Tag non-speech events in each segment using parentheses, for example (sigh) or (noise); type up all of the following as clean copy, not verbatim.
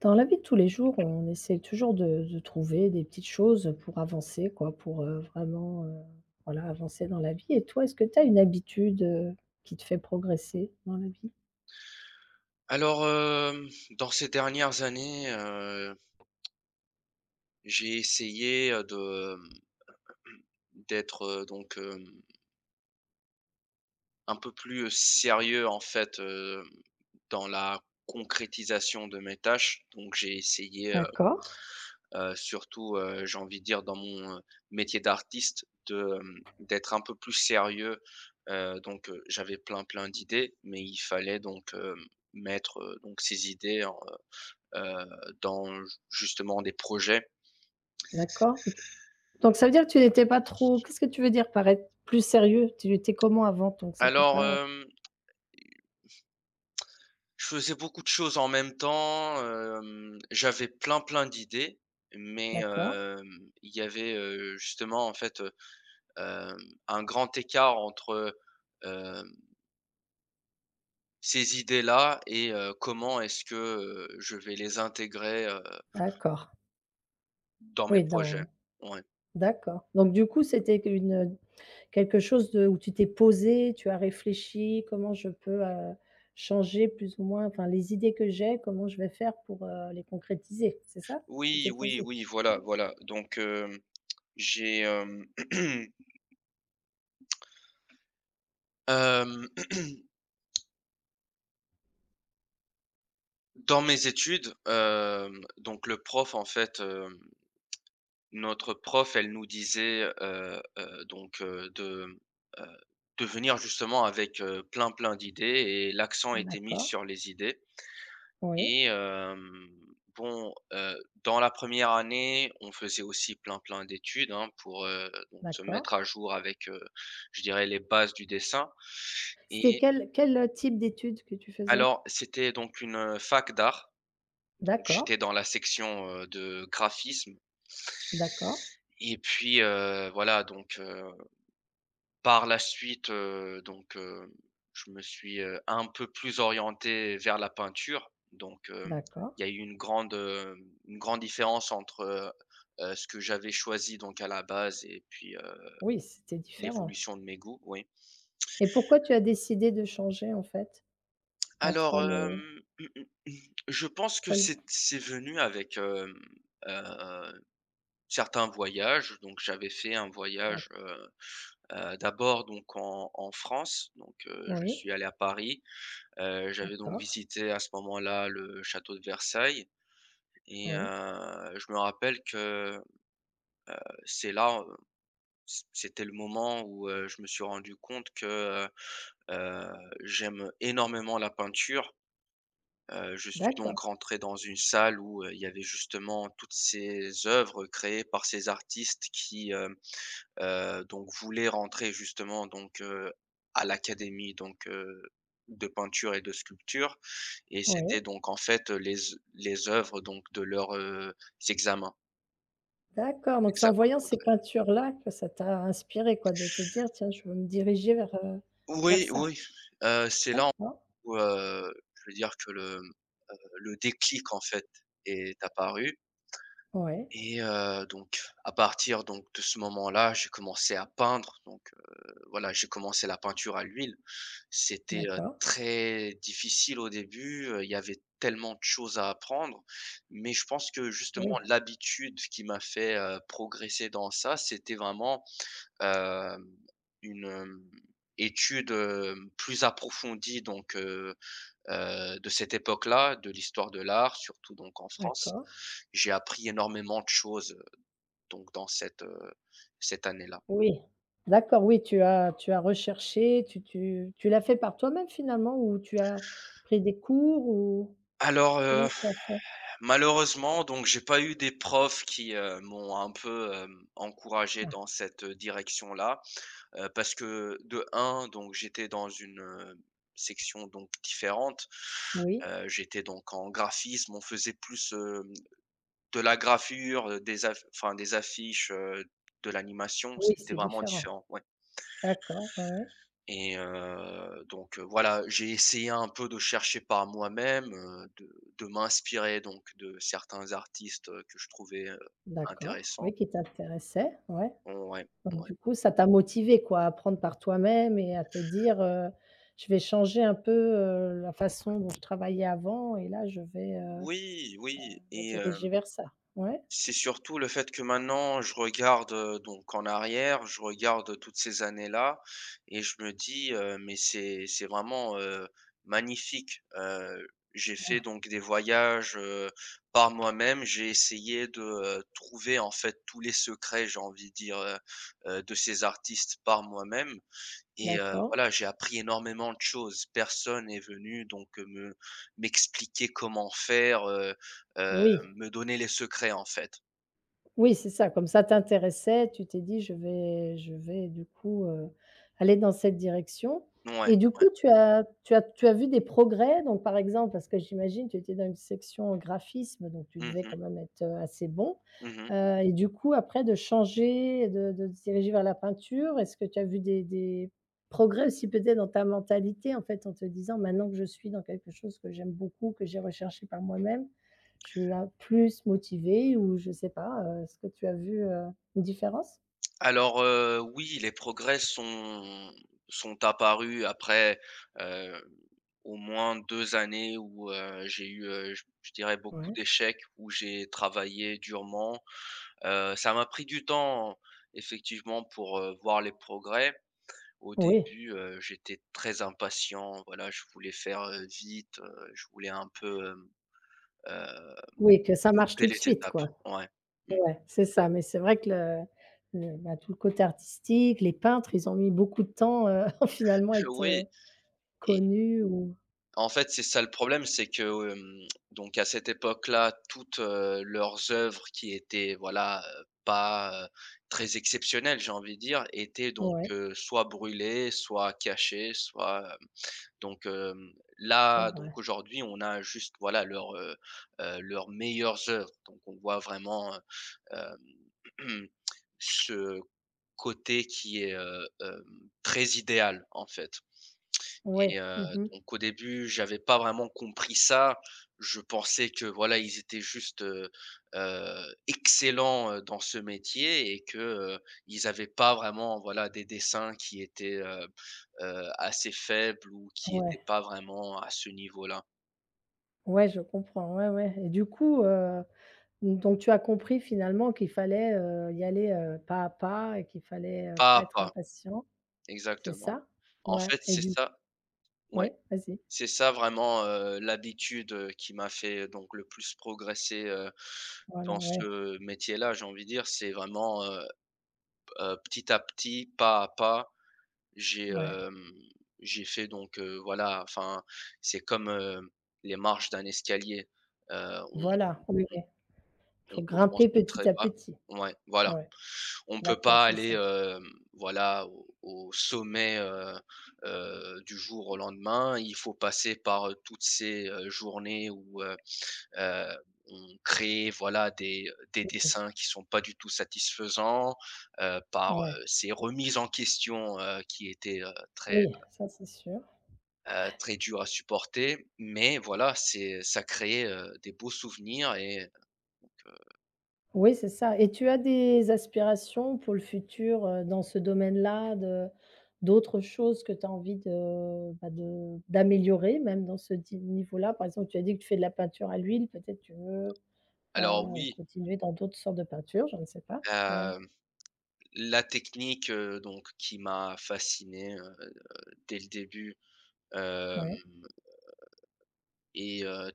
Dans la vie de tous les jours, on essaie toujours de trouver des petites choses pour avancer, quoi, pour, vraiment, voilà, avancer dans la vie. Et toi, est-ce que tu as une habitude, qui te fait progresser dans la vie? Alors, dans ces dernières années, j'ai essayé, d'être, un peu plus sérieux en fait, dans la concrétisation de mes tâches. Donc j'ai essayé, D'accord, surtout, j'ai envie de dire dans mon, métier d'artiste d'être un peu plus sérieux. J'avais plein, plein d'idées, mais il fallait donc, mettre, ces idées en, dans justement des projets. d'accord, et que donc ça veut dire que tu n'étais pas trop. Qu'est-ce que tu veux dire par être plus sérieux? Tu étais comment avant? Donc c'était Alors, pas je faisais beaucoup de choses en même temps, j'avais plein, plein d'idées, mais d'accord, il y avait, justement en fait, hem, un grand écart entre, hem, ces idées-là et comment est-ce que, je vais les intégrer, d'accord. dans mes Oui, projets. dans Ouais. d'accord. Donc du coup, c'était une, quelque chose de où tu t'es posé, tu as réfléchi: «Comment je peux, changer plus ou moins enfin les idées que j'ai, comment je vais faire pour, les concrétiser?» C'est ça? Tu Oui, t'es oui, posé. oui, voilà, voilà. Donc j'ai, hem, (clears throat) (clears throat) dans mes études, donc le prof en fait, hem notre prof, elle nous disait, heu, de venir justement avec, plein, plein d'idées, et l'accent était mis D'accord, sur les idées. oui, Et bon, dans la première année, on faisait aussi plein, plein d'études, hein, pour, donc se d'accord. mettre à jour avec, je dirais, les bases du dessin. C'était Et quel, type d'études que tu faisais? alors, c'était donc une, fac d'art, donc D'accord, j'étais dans la section, de graphisme d'accord, et puis, par la suite, je me suis, un peu plus orienté vers la peinture, donc il d'accord. y a eu une grande, une grande différence entre, ce que j'avais choisi donc à la base et puis, Oui, c'était différent. l'évolution de mes goûts, oui. Et pourquoi tu as décidé de changer en fait? Entre Alors, le (clears throat) je pense que entre le c'est venu avec, heu, certains voyages. Donc j'avais fait un d'ac voyage, d'abord donc en France, donc je oui, suis allé à Paris. J'avais donc d'accord, visité à ce moment-là le château de Versailles, et oui, je me rappelle que c'est là, c'était le moment où, je me suis rendu compte que, heu j'aime énormément la peinture. Je suis donc d'accord, rentré dans une salle où, il y avait justement toutes ces œuvres créées par ces artistes qui donc voulait rentrer justement donc, à l'académie donc, de peinture et de sculpture, et oui. c'était donc en fait, les œuvres donc de leurs, examens D'accord, donc c'est en examens voyant de ces rentrée. peintures-là que ça t'a inspiré, quoi, de te dire: «Tiens, je veux me diriger vers, vers Oui, ça». oui, c'est là D'accord, où, je veux dire que le déclic en fait est apparu. oui, Et donc à partir donc de ce moment-là, j'ai commencé à peindre donc, voilà, j'ai commencé la peinture à l'huile. C'était, d'accord, très difficile au début, il y avait tellement de choses à apprendre, mais je pense que justement oui, l'habitude qui m'a fait, progresser dans ça, c'était vraiment, hem, une, étude, plus approfondie donc, de cette époque-là, de l'histoire de l'art, surtout donc en France. d'accord, J'ai appris énormément de choses donc dans cette année-là. oui. D'accord, oui, tu as recherché, tu l'as fait par toi-même finalement, ou tu as pris des cours ou Alors, comment tu as fait? malheureusement, donc j'ai pas eu des profs qui, m'ont un peu, encouragé dans Ah, cette direction-là, parce que de un donc j'étais dans une, section donc différente. oui, J'étais donc en graphisme, on faisait plus, de la gravure, des aff enfin des affiches, de l'animation, oui, c'était c'est vraiment différent. différent, ouais. D'accord, ouais, ouais, Et voilà, j'ai essayé un peu de chercher par moi-même, de m'inspirer donc de certains artistes, que je trouvais, d'accord, intéressants. oui, qui t'intéressait, ouais. Ouais, Donc ouais. du coup, ça t'a motivé, quoi, à apprendre par toi-même et à te dire, «Je vais changer un peu, la façon dont je travaillais avant et là je vais, Oui, oui. me Et diriger vers ça». Ouais, c'est surtout le fait que maintenant je regarde, donc en arrière, je regarde toutes ces années-là et je me dis, Mais c'est vraiment, magnifique. » j'ai fait donc des voyages, par moi-même. J'ai essayé de, trouver en fait tous les secrets, j'ai envie de dire, de ces artistes par moi-même, et d'accord. voilà, j'ai appris énormément de choses. Personne est venu donc, me m'expliquer comment faire, heu, Oui. me donner les secrets en fait. Oui, c'est ça, comme ça t'intéressait, tu t'es dit: «Je vais du coup, aller dans cette direction». Ouais. Et du coup, tu as tu as tu as vu des progrès? Donc par exemple, parce que j'imagine tu étais dans une section graphisme, donc tu Mmh devais mh. quand même être, assez bon, Mmh. Et du coup après de changer, de te diriger vers la peinture, est-ce que tu as vu des progrès aussi peut-être dans ta mentalité en fait, en te disant: «Maintenant que je suis dans quelque chose que j'aime beaucoup, que j'ai recherché par moi-même, je suis là plus motivée ou je sais pas, est-ce que tu as vu, une différence?» Alors, oui, les progrès sont apparus après, heu, au moins 2 années où, j'ai eu, je dirais beaucoup Ouais, d'échecs, où j'ai travaillé durement. Ça m'a pris du temps effectivement pour, voir les progrès. Au oui. début, j'étais très impatient, voilà, je voulais faire, vite, je voulais un peu, heu, Oui, que ça marche sauter tout de les suite, étapes. quoi. Ouais. Mmh. Ouais. C'est ça, mais c'est vrai que le bah, tout le côté artistique, les peintres, ils ont mis beaucoup de temps, à (laughs) finalement (laughs) être, Oui, connus ou en fait, c'est ça le problème, c'est que, donc à cette époque-là, toutes, leurs œuvres qui étaient, voilà, pas très exceptionnelles, j'ai envie de dire, étaient donc, ouais, soit brûlées, soit cachées, soit, donc, hem, c'est là, donc vrai. aujourd'hui, on a juste, voilà, leurs meilleures œuvres. Donc on voit vraiment, (clears throat) ce côté qui est, très idéal, en fait. Et Ouais. Mmh mh. donc au début, j'avais pas vraiment compris ça. Je pensais que voilà, ils étaient juste, excellents, dans ce métier et que, ils avaient pas vraiment, voilà, des dessins qui étaient, assez faibles ou qui Ouais, étaient pas vraiment à ce niveau-là. ouais, je comprends, ouais, ouais, et du coup, donc tu as compris finalement qu'il fallait, y aller, pas à pas et qu'il fallait, Pas pas à être pas, impatient, c'est exactement. ça? En Ouais fait, et c'est du ça, ouais, ouais, vas-y. c'est ça vraiment, l'habitude, qui m'a fait donc le plus progresser, Voilà, dans ouais, ce métier-là, j'ai envie de dire. C'est vraiment petit à petit, pas à pas. j'ai, ouais. hem, j'ai fait donc, voilà, enfin, c'est comme, les marches d'un escalier. Heu, on Voilà, oui, oui. Faut on commence grimper de petit très à bas. petit. Ouais, voilà. Ouais, On peut d'accord, pas c'est aller, ça. Voilà, au sommet, du jour au lendemain. Il faut passer par, toutes ces, journées où, Heu, on crée, voilà, des dessins qui sont pas du tout satisfaisants, par, Ouais. Ces remises en question, qui étaient, très, Oui, ça, c'est sûr. Très dures à supporter. Mais voilà, c'est ça, crée des beaux souvenirs et donc, Oui, c'est ça. Et tu as des aspirations pour le futur, dans ce domaine-là, de d'autres choses que tu as envie de, bah, de d'améliorer même dans ce di niveau-là? Par exemple, tu as dit que tu fais de la peinture à l'huile, peut-être tu veux, alors oui, continuer dans d'autres sortes de peintures, je ne sais pas. Oui. hem, la technique, donc qui m'a fasciné, dès le début, hem Oui. et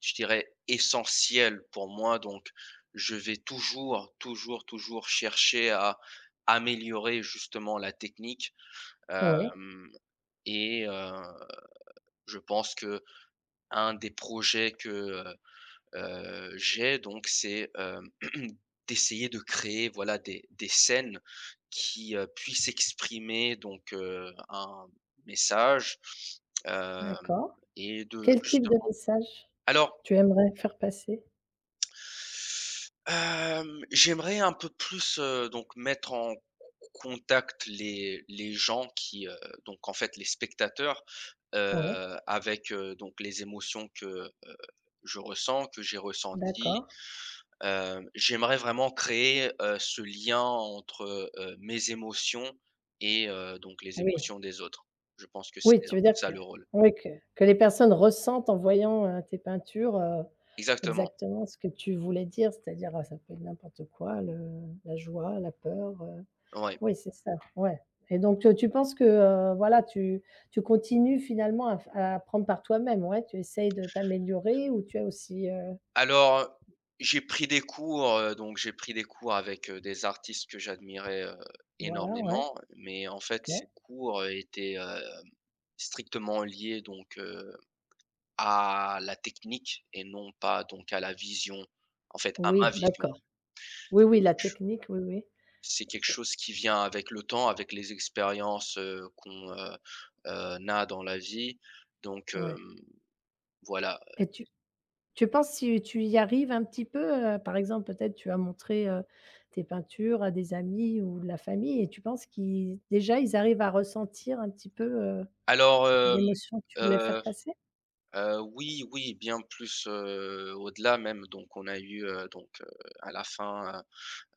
je dirais, essentiel pour moi. Donc, je vais toujours, toujours, toujours chercher à améliorer justement la technique. Hem et je pense que un des projets que, j'ai donc, c'est, (clears throat) d'essayer de créer, voilà, des scènes qui, puissent exprimer donc, un message, hem D'accord. et de Quel type de justement message? alors Tu aimerais faire passer? Hem, j'aimerais un peu plus, donc mettre en contact les gens qui, donc en fait les spectateurs, Ouais, avec, donc les émotions que, heu, je ressens, que j'ai ressenties. d'accord. Hem, j'aimerais vraiment créer, ce lien entre, mes émotions et donc les Oui. émotions des autres. Je pense que c'est Oui, un tu veux peu dire ça que le rôle. oui, que les personnes ressentent en voyant, tes peintures, Exactement, exactement ce que tu voulais dire, c'est-à-dire, ça peut être n'importe quoi, le la joie, la peur, ouais. oui, c'est ça, ouais. Et donc tu penses que, voilà, tu tu continues finalement à f à apprendre par toi-même, ouais, tu essayes de t'améliorer ou tu as aussi, Alors, j'ai pris des cours, donc j'ai pris des cours avec, des artistes que j'admirais, voilà, ouais, énormément, mais en fait, ces OK. cours, étaient, strictement liés donc, à la technique et non pas donc à la vision, en fait, à ma Oui, vision. d'accord. Oui, oui, la Ch technique, oui, oui, c'est quelque chose qui vient avec le temps, avec les expériences, qu'on, a dans la vie donc, ouais. Voilà. Et tu tu penses si tu y arrives un petit peu, par exemple, peut-être tu as montré, tes peintures à des amis ou de la famille et tu penses qu'ils déjà, ils arrivent à ressentir un petit peu, Alors, l'émotion que tu voulais heu faire passer? Oui, oui, bien plus, au-delà même. Donc on a eu, à la fin,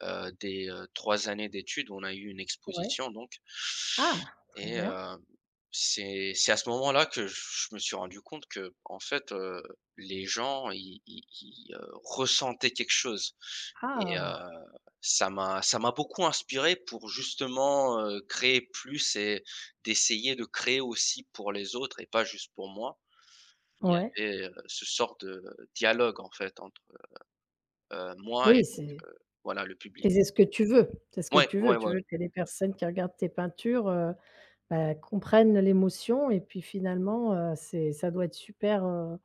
des, 3 années d'études, on a eu une Ouais. exposition donc, Ah! Très et bien. C'est à ce moment-là que j je me suis rendu compte que en fait, les gens ils ressentaient quelque chose, et Ah! ça m'a beaucoup inspiré pour justement, créer plus et d'essayer de créer aussi pour les autres et pas juste pour moi. Il y Ouais. avait, ce sort de dialogue en fait entre, moi et Oui, donc, c'est voilà, le public. et c'est ce que tu veux. C'est ce que Ouais, tu veux. ouais, Tu ouais, ouais. veux que les personnes qui regardent tes peintures, bah, comprennent l'émotion et puis finalement, c'est ça doit être super,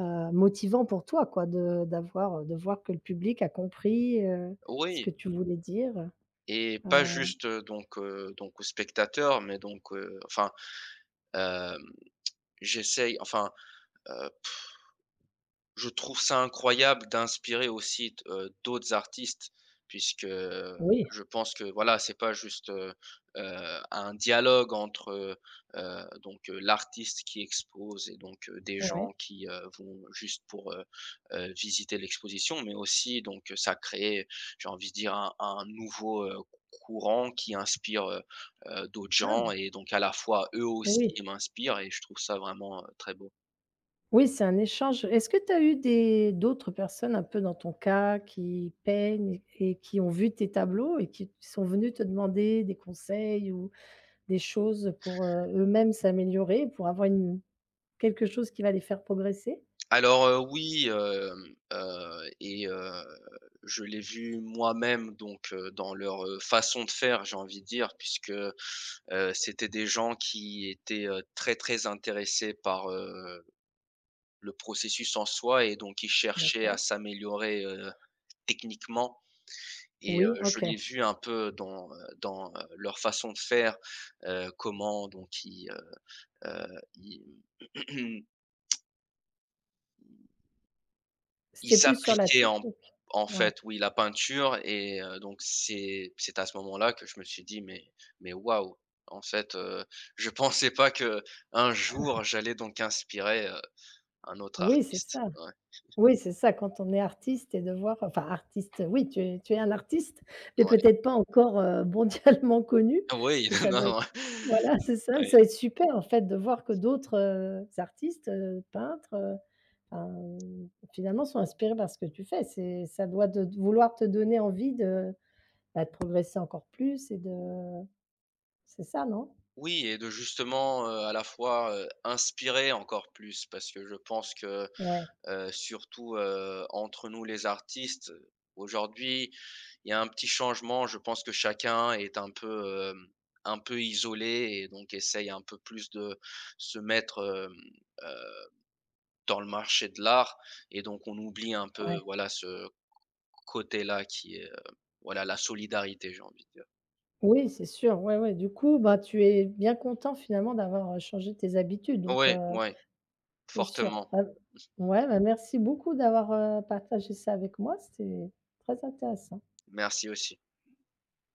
heu, motivant pour toi, quoi, de d'avoir, de voir que le public a compris, ce que Oui tu voulais dire, et pas juste, donc aux spectateurs mais donc, enfin, hem, j'essaye, enfin, heu je trouve ça incroyable d'inspirer aussi d'autres artistes, puisque oui, je pense que voilà, c'est pas juste, un dialogue entre, donc l'artiste qui expose et donc des gens ouais. qui, vont juste pour, visiter l'exposition, mais aussi donc ça crée, j'ai envie de dire, un nouveau, courant qui inspire, d'autres gens, Ah et donc à la fois eux aussi, oui, ils m'inspirent et je trouve ça vraiment, très beau. oui, c'est un échange. Est-ce que tu as eu des d'autres personnes un peu dans ton cas qui peignent et qui ont vu tes tableaux et qui sont venues te demander des conseils ou des choses pour, eux-mêmes s'améliorer, pour avoir une quelque chose qui va les faire progresser? Alors, oui, et je l'ai vu moi-même donc, dans leur, façon de faire, j'ai envie de dire, puisque, c'était des gens qui étaient, très, très intéressés par, le processus en soi, et donc ils cherchaient à D'accord. s'améliorer, techniquement, et Oui, je OK. l'ai vu un peu dans, leur façon de faire, comment donc heu, ils (clears throat) C'était Ils plus sur la appliquaient en technique, en ouais. fait, oui, la peinture, et donc c'est à ce moment-là que je me suis dit : « Mais waouh ! » En fait, (laughs) je pensais pas que un jour j'allais donc inspirer, un autre Oui, c'est artiste. ça. Ouais, Oui, c'est ça, quand on est artiste et de voir enfin artiste, oui, tu es un artiste, mais ouais. peut-être pas encore, (laughs) mondialement connu, Oui, mais (laughs) ça non, doit être non, voilà, (laughs) c'est ça, ça oui. doit être super, en fait, de voir que d'autres, artistes, peintres, enfin, finalement, sont inspirés par ce que tu fais. C'est ça doit de vouloir te donner envie de, bah, de progresser encore plus et de c'est ça, non? Oui, et de justement, à la fois, inspirer encore plus, parce que je pense que Ouais, surtout, entre nous les artistes. Aujourd'hui, il y a un petit changement, je pense que chacun est un peu isolé et donc essaye un peu plus de se mettre, hem, heu, dans le marché de l'art, et donc on oublie un peu, ouais. voilà, ce côté-là qui est, voilà, la solidarité, j'ai envie de dire. Oui, c'est sûr, ouais, ouais. Du coup, bah, tu es bien content finalement d'avoir, changé tes habitudes donc Ouais, ouais, c'est sûr. fortement. Bah ouais, bah, merci beaucoup d'avoir, partagé ça avec moi, c'était très intéressant. Merci aussi.